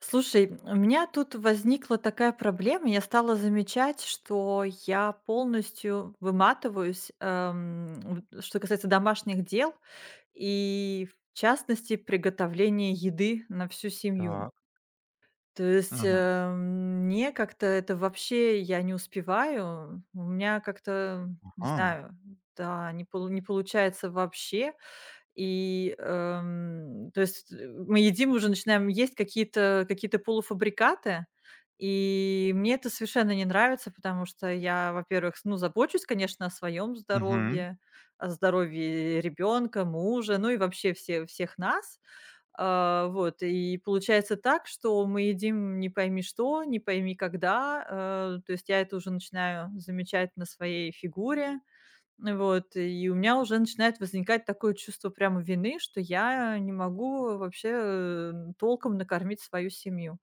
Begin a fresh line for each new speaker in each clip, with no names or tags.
Слушай, у меня тут возникла такая проблема. Я стала замечать, что я полностью выматываюсь, что касается домашних дел и, в частности, приготовления еды на всю семью.
Так.
То есть,
Мгм.
э, мне как-то это вообще я не успеваю. У меня как-то, не
Ага.
знаю, да, не получается вообще. И, то есть, мы едим, уже начинаем есть какие-то полуфабрикаты, и мне это совершенно не нравится, потому что я, во-первых, ну, забочусь, конечно, о своем
Мгм.
здоровье, о здоровье ребенка, мужа, ну и вообще всех нас. А, вот, и получается так, что мы едим не пойми что, не пойми когда. То есть я это уже начинаю замечать на своей фигуре. Ну вот, и у меня уже начинает возникать такое чувство прямо вины, что я не могу вообще толком накормить свою семью.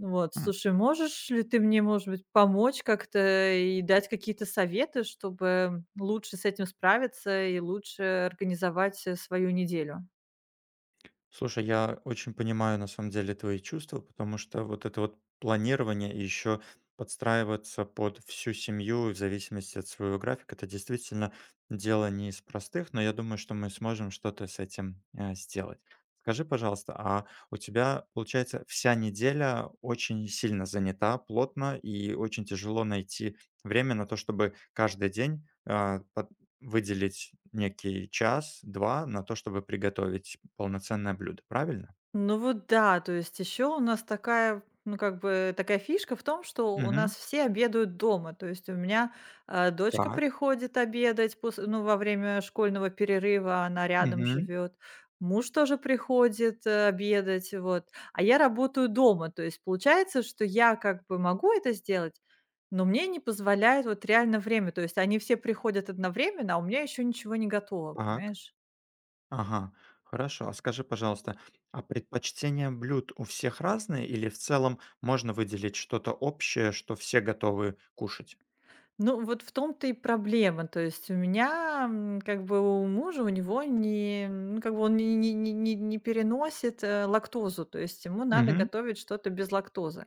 Вот,
М.
слушай, можешь ли ты мне, может быть, помочь как-то и дать какие-то советы, чтобы лучше с этим справиться и лучше организовать свою неделю?
Слушай, я очень понимаю на самом деле твои чувства, потому что вот это вот планирование и еще подстраиваться под всю семью в зависимости от своего графика, это действительно дело не из простых, но я думаю, что мы сможем что-то с этим сделать. Скажи, пожалуйста, а у тебя, получается, вся неделя очень сильно занята, плотно, и очень тяжело найти время на то, чтобы каждый день выделить некий час-два на то, чтобы приготовить полноценное блюдо, правильно?
Ну вот да, то есть еще у нас такая, ну как бы такая фишка в том, что у нас
Мгм.
все обедают дома. То есть у меня дочка
Так.
приходит обедать ну, во время школьного перерыва, она рядом
Мгм.
живет. Муж тоже приходит обедать, вот. А я работаю дома, то есть получается, что я как бы могу это сделать, но мне не позволяет вот реально время. То есть они все приходят одновременно, а у меня еще ничего не готово,
Так.
понимаешь?
Ага. Хорошо. А скажи, пожалуйста, а предпочтения блюд у всех разные или в целом можно выделить что-то общее, что все готовы кушать?
Ну, вот в том-то и проблема. То есть у меня, как бы у мужа, у него не, ну, как бы он не переносит лактозу, то есть ему надо
Мгм.
готовить что-то без лактозы.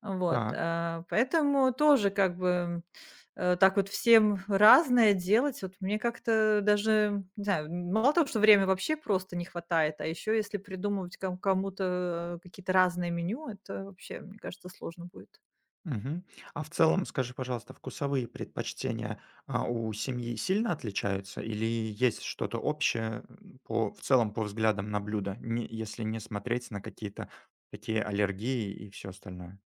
Вот.
Так.
Поэтому тоже как бы так вот всем разное делать. Вот мне как-то даже, не знаю, мало того, что времени вообще просто не хватает, а еще если придумывать кому-то какие-то разные меню, это вообще, мне кажется, сложно будет.
Мгм. А в целом, скажи, пожалуйста, вкусовые предпочтения, у семьи сильно отличаются или есть что-то общее, по в целом по взглядам на блюда, не если не смотреть на какие-то такие аллергии и все остальное?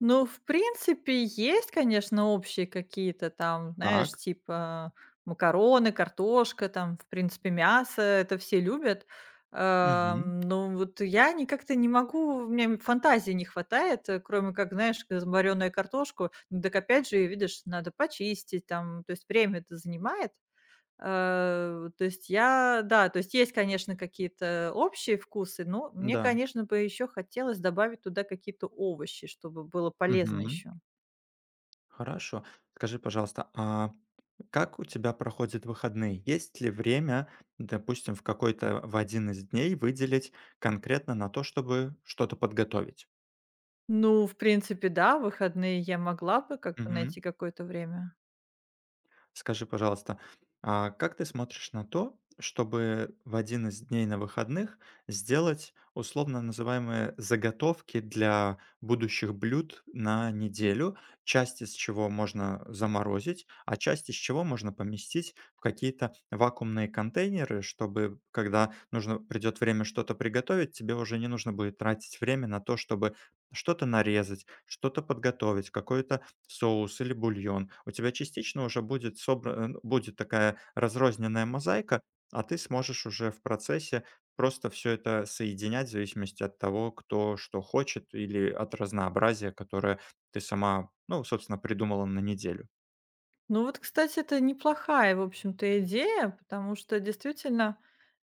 Ну, в принципе, есть, конечно, общие какие-то там, знаешь,
Так.
типа макароны, картошка, там, в принципе, мясо, это все любят.
Мгм.
Но вот я не как-то не могу, у меня фантазии не хватает, кроме как, знаешь, варёную картошку. Ну, так опять же, видишь, надо почистить там, то есть время это занимает. То есть есть, конечно, какие-то общие вкусы, но мне,
Да.
конечно, бы еще хотелось добавить туда какие-то овощи, чтобы было полезно
Мгм.
еще.
Хорошо. Скажи, пожалуйста, а как у тебя проходят выходные? Есть ли время, допустим, в какой-то в один из дней выделить конкретно на то, чтобы что-то подготовить?
Ну, в принципе, да, в выходные я могла бы как бы найти какое-то время.
Скажи, пожалуйста, а как ты смотришь на то, чтобы в один из дней на выходных сделать условно называемые заготовки для будущих блюд на неделю, часть из чего можно заморозить, а часть из чего можно поместить в какие-то вакуумные контейнеры, чтобы, когда нужно придет время что-то приготовить, тебе уже не нужно будет тратить время на то, чтобы что-то нарезать, что-то подготовить, какое-то соус или бульон, у тебя частично уже будет будет такая разрозненная мозаика, а ты сможешь уже в процессе просто все это соединять в зависимости от того, кто что хочет или от разнообразия, которое ты сама, ну, собственно, придумала на неделю.
Ну вот, кстати, это неплохая, в общем-то, идея, потому что действительно,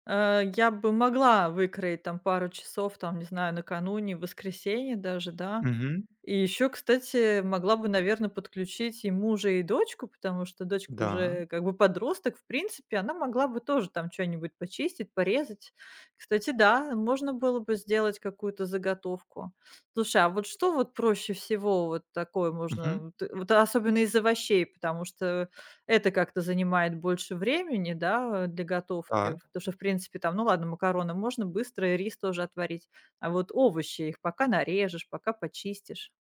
я бы могла выкроить там пару часов, там, не знаю, накануне, в воскресенье даже, да.
Мгм.
И еще, кстати, могла бы, наверное, подключить и мужа, и дочку, потому что дочка
Да.
уже как бы подросток. В принципе, она могла бы тоже там что нибудь почистить, порезать. Кстати, да, можно было бы сделать какую-то заготовку. Слушай, а вот что вот проще всего вот такое
Мгм.
можно, вот вот особенно из овощей, потому что это как-то занимает больше времени, да, для готовки?
Так.
Потому что, в принципе, там, ну ладно, макароны можно быстро, и рис тоже отварить. А вот овощи, их пока нарежешь, пока почистишь.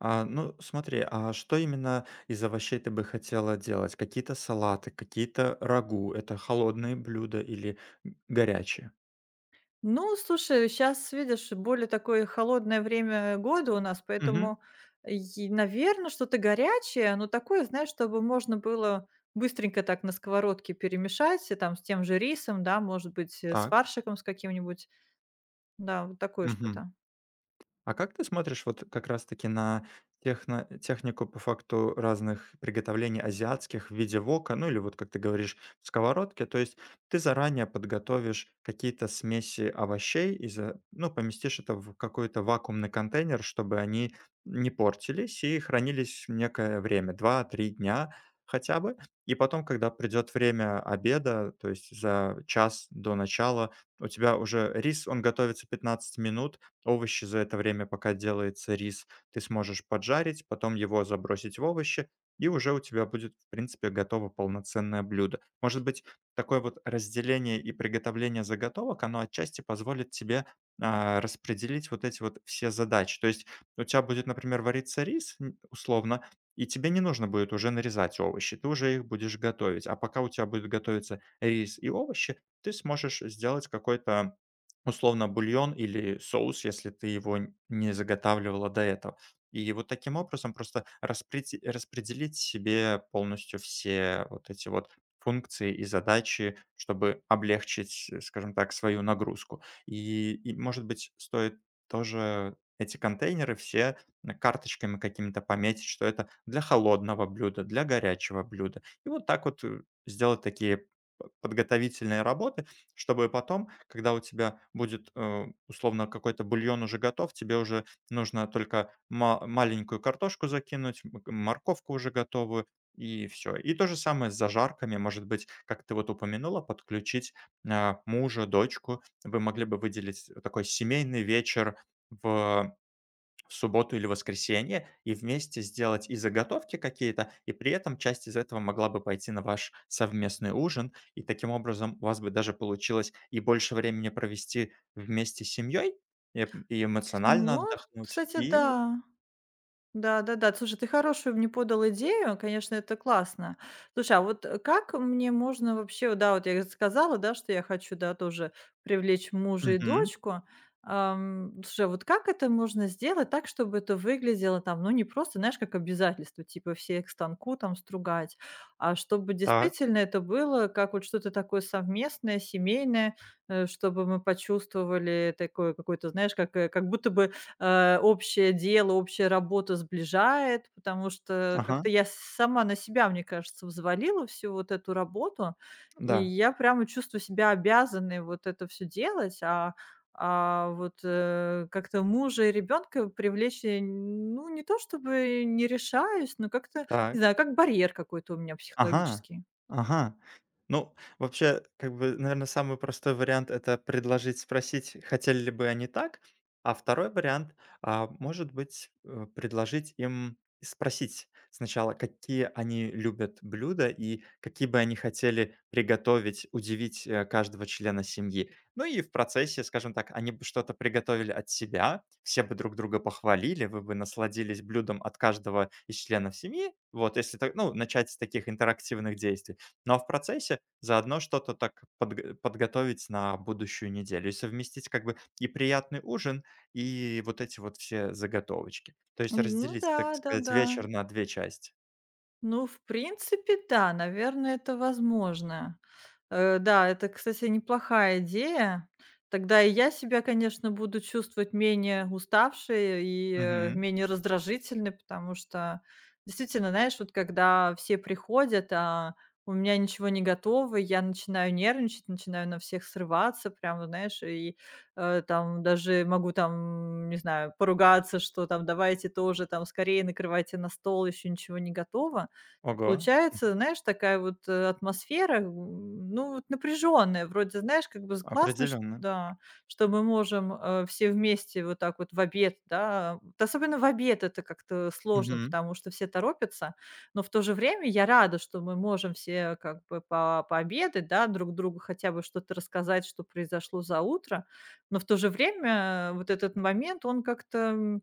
А, ну, смотри, а что именно из овощей ты бы хотела делать? Какие-то салаты, какие-то рагу? Это холодные блюда или г горячие?
Ну, слушай, сейчас видишь, более такое холодное время года у нас,
Мгм.
поэтому, наверное, что-то горячее, но такое, знаешь, чтобы можно было быстренько так на сковородке перемешать, и там с тем же рисом, да, может быть, с
Так.
фаршиком с каким-нибудь. Да, вот такое
Мгм.
что-то.
А как ты смотришь вот как раз-таки на техно технику по факту разных приготовлений азиатских в виде вока, ну или вот, как ты говоришь, в сковородке? То есть ты заранее подготовишь какие-то смеси овощей и за ну, поместишь это в какой-то вакуумный контейнер, чтобы они не портились и хранились некое время, два-три дня хотя бы. И потом, когда придет время обеда, то есть за час до начала, у тебя уже рис, он готовится 15 минут, овощи за это время, пока делается рис, ты сможешь поджарить, потом его забросить в овощи, и уже у тебя будет, в принципе, готово полноценное блюдо. Может быть, такое вот разделение и приготовление заготовок, оно отчасти позволит тебе распределить вот эти вот все задачи. То есть у тебя будет, например, вариться рис, условно, и тебе не нужно будет уже нарезать овощи, ты уже их будешь готовить. А пока у тебя будет готовиться рис и овощи, ты сможешь сделать какой-то условно бульон или соус, если ты его н не заготавливала до этого. И вот таким образом просто распрети распределить себе полностью все вот эти вот функции и задачи, чтобы облегчить, скажем так, свою нагрузку. И, может быть, стоит тоже эти контейнеры все, карточками какими-то пометить, что это для холодного блюда, для горячего блюда. И вот так вот, сделать такие п подготовительные работы, чтобы потом, когда у тебя будет, условно, какой-то бульон уже готов, тебе уже нужно только ма маленькую картошку закинуть, морковку уже готовую, и все. И то же самое с зажарками. Может быть, как ты вот упомянула, подключить, мужа, дочку. Вы могли бы выделить такой семейный вечер в в субботу или воскресенье и вместе сделать и заготовки какие-то, и при этом часть из этого могла бы пойти на ваш совместный ужин. И таким образом у вас бы даже получилось и больше времени провести вместе с семьей, и эп и эмоционально
Ну,
отдохнуть,
кстати,
и
да. Да-да-да. Слушай, ты хорошую мне подал идею, конечно, это классно. Слушай, а вот, как мне можно вообще, да, вот я сказала, да, что я хочу, да, тоже привлечь мужа и
Мгм.
дочку. Слушай, а вот как это можно сделать так, чтобы это выглядело там, ну, не просто, знаешь, как обязательство, типа все к станку там стругать, а чтобы
Так.
действительно это было как вот что-то такое совместное, семейное, чтобы мы почувствовали такое какое-то, знаешь, как, как будто бы общее дело, общая работа сближает, потому что
Ага.
как-то я сама на себя, мне кажется, взвалила всю вот эту работу, и
Да.
я прямо чувствую себя обязанной вот это все делать, а вот как-то мужа и ребенка привлечь я, ну, не то чтобы не решаюсь, но как-то, не
Так.
знаю, как барьер какой-то у меня
Ага,
психологический.
ага. Ну, вообще, как бы, наверное, самый простой вариант — это предложить спросить, хотели ли бы они так. А второй вариант, может быть, предложить им спросить сначала, какие они любят блюда и какие бы они хотели приготовить, удивить, каждого члена семьи. Ну и в процессе, скажем так, они бы что-то приготовили от себя, все бы друг друга похвалили, вы бы насладились блюдом от каждого из членов семьи. Вот, если так, ну, начать с таких интерактивных действий. Но в процессе заодно что-то так подготовить на будущую неделю и совместить как бы и приятный ужин, и вот эти вот все заготовочки. То есть
Ну
разделить,
да,
так сказать,
да-да.
вечер на две части.
Ну, в принципе, да, наверное, это возможно. Да, это, кстати, неплохая идея. Тогда и я себя, конечно, буду чувствовать менее уставшей и,
Мгм.
менее раздражительной, потому что действительно, знаешь, вот когда все приходят, а у меня ничего не готово, я начинаю нервничать, начинаю на всех срываться, прям, вот знаешь, и, там даже могу там, не знаю, поругаться, что там давайте тоже там скорее накрывайте на стол, еще ничего не готово. И
Ого.
получается, знаешь, такая вот, атмосфера, ну, вот напряженная. Вроде, знаешь, как бы з классно, чт
Определенно.
да, что мы можем, все вместе вот так вот в обед, да. Вот особенно в обед это как-то сложно, потому что все торопятся, но в то же время я рада, что мы можем все как бы по пообедать, да, друг другу хотя бы что-то рассказать, что произошло за утро. Но в то же время, вот этот момент, он как-то,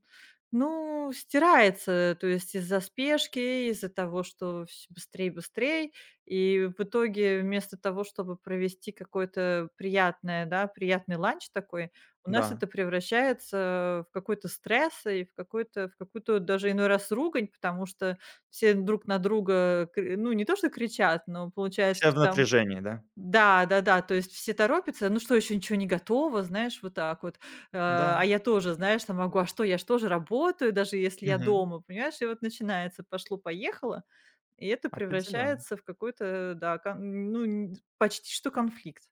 ну, стирается, то есть из-за спешки, из-за того, что всё быстрей, быстрее, и в итоге вместо того, чтобы провести какое-то приятное, да, приятный ланч такой, у нас
Да.
это превращается в какой-то стресс и в какой-то в какую-то даже иной раз ругань, потому что все друг на друга, кр ну, не то что кричат, но получается,
Все в
что там
напряжении, да?
да, да-да, то есть все торопятся, ну что, еще ничего не готово, знаешь, вот так вот. Э,
Да.
а я тоже, знаешь, там могу, а что, я ж тоже работаю, даже если я
Мгм.
дома, понимаешь? И вот начинается пошло-поехало, и это
Определенно.
превращается в какой-то, да, ну, почти что конфликт.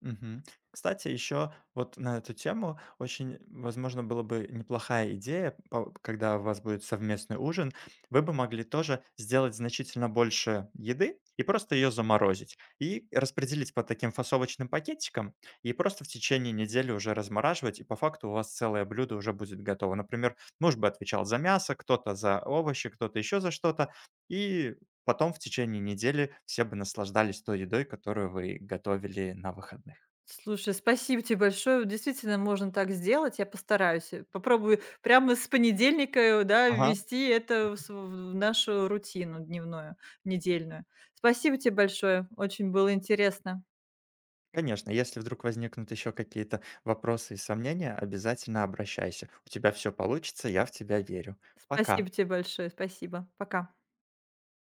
Мгм. Кстати, еще вот на эту тему очень, возможно, была бы неплохая идея, когда у вас будет совместный ужин, вы бы могли тоже сделать значительно больше еды и просто ее заморозить. И распределить по таким фасовочным пакетикам, и просто в течение недели уже размораживать, и по факту у вас целое блюдо уже будет готово. Например, муж бы отвечал за мясо, кто-то за овощи, кто-то еще за что-то, и потом в течение недели все бы наслаждались той едой, которую вы готовили на выходных.
Слушай, спасибо тебе большое. Действительно, можно так сделать. Я постараюсь. Попробую прямо с понедельника, да,
Ага.
ввести это в нашу рутину дневную, недельную. Спасибо тебе большое. Очень было интересно.
Конечно, если вдруг возникнут еще какие-то вопросы и сомнения, обязательно обращайся. У тебя все получится, я в тебя верю. Пока.
Спасибо тебе большое. Спасибо. Пока.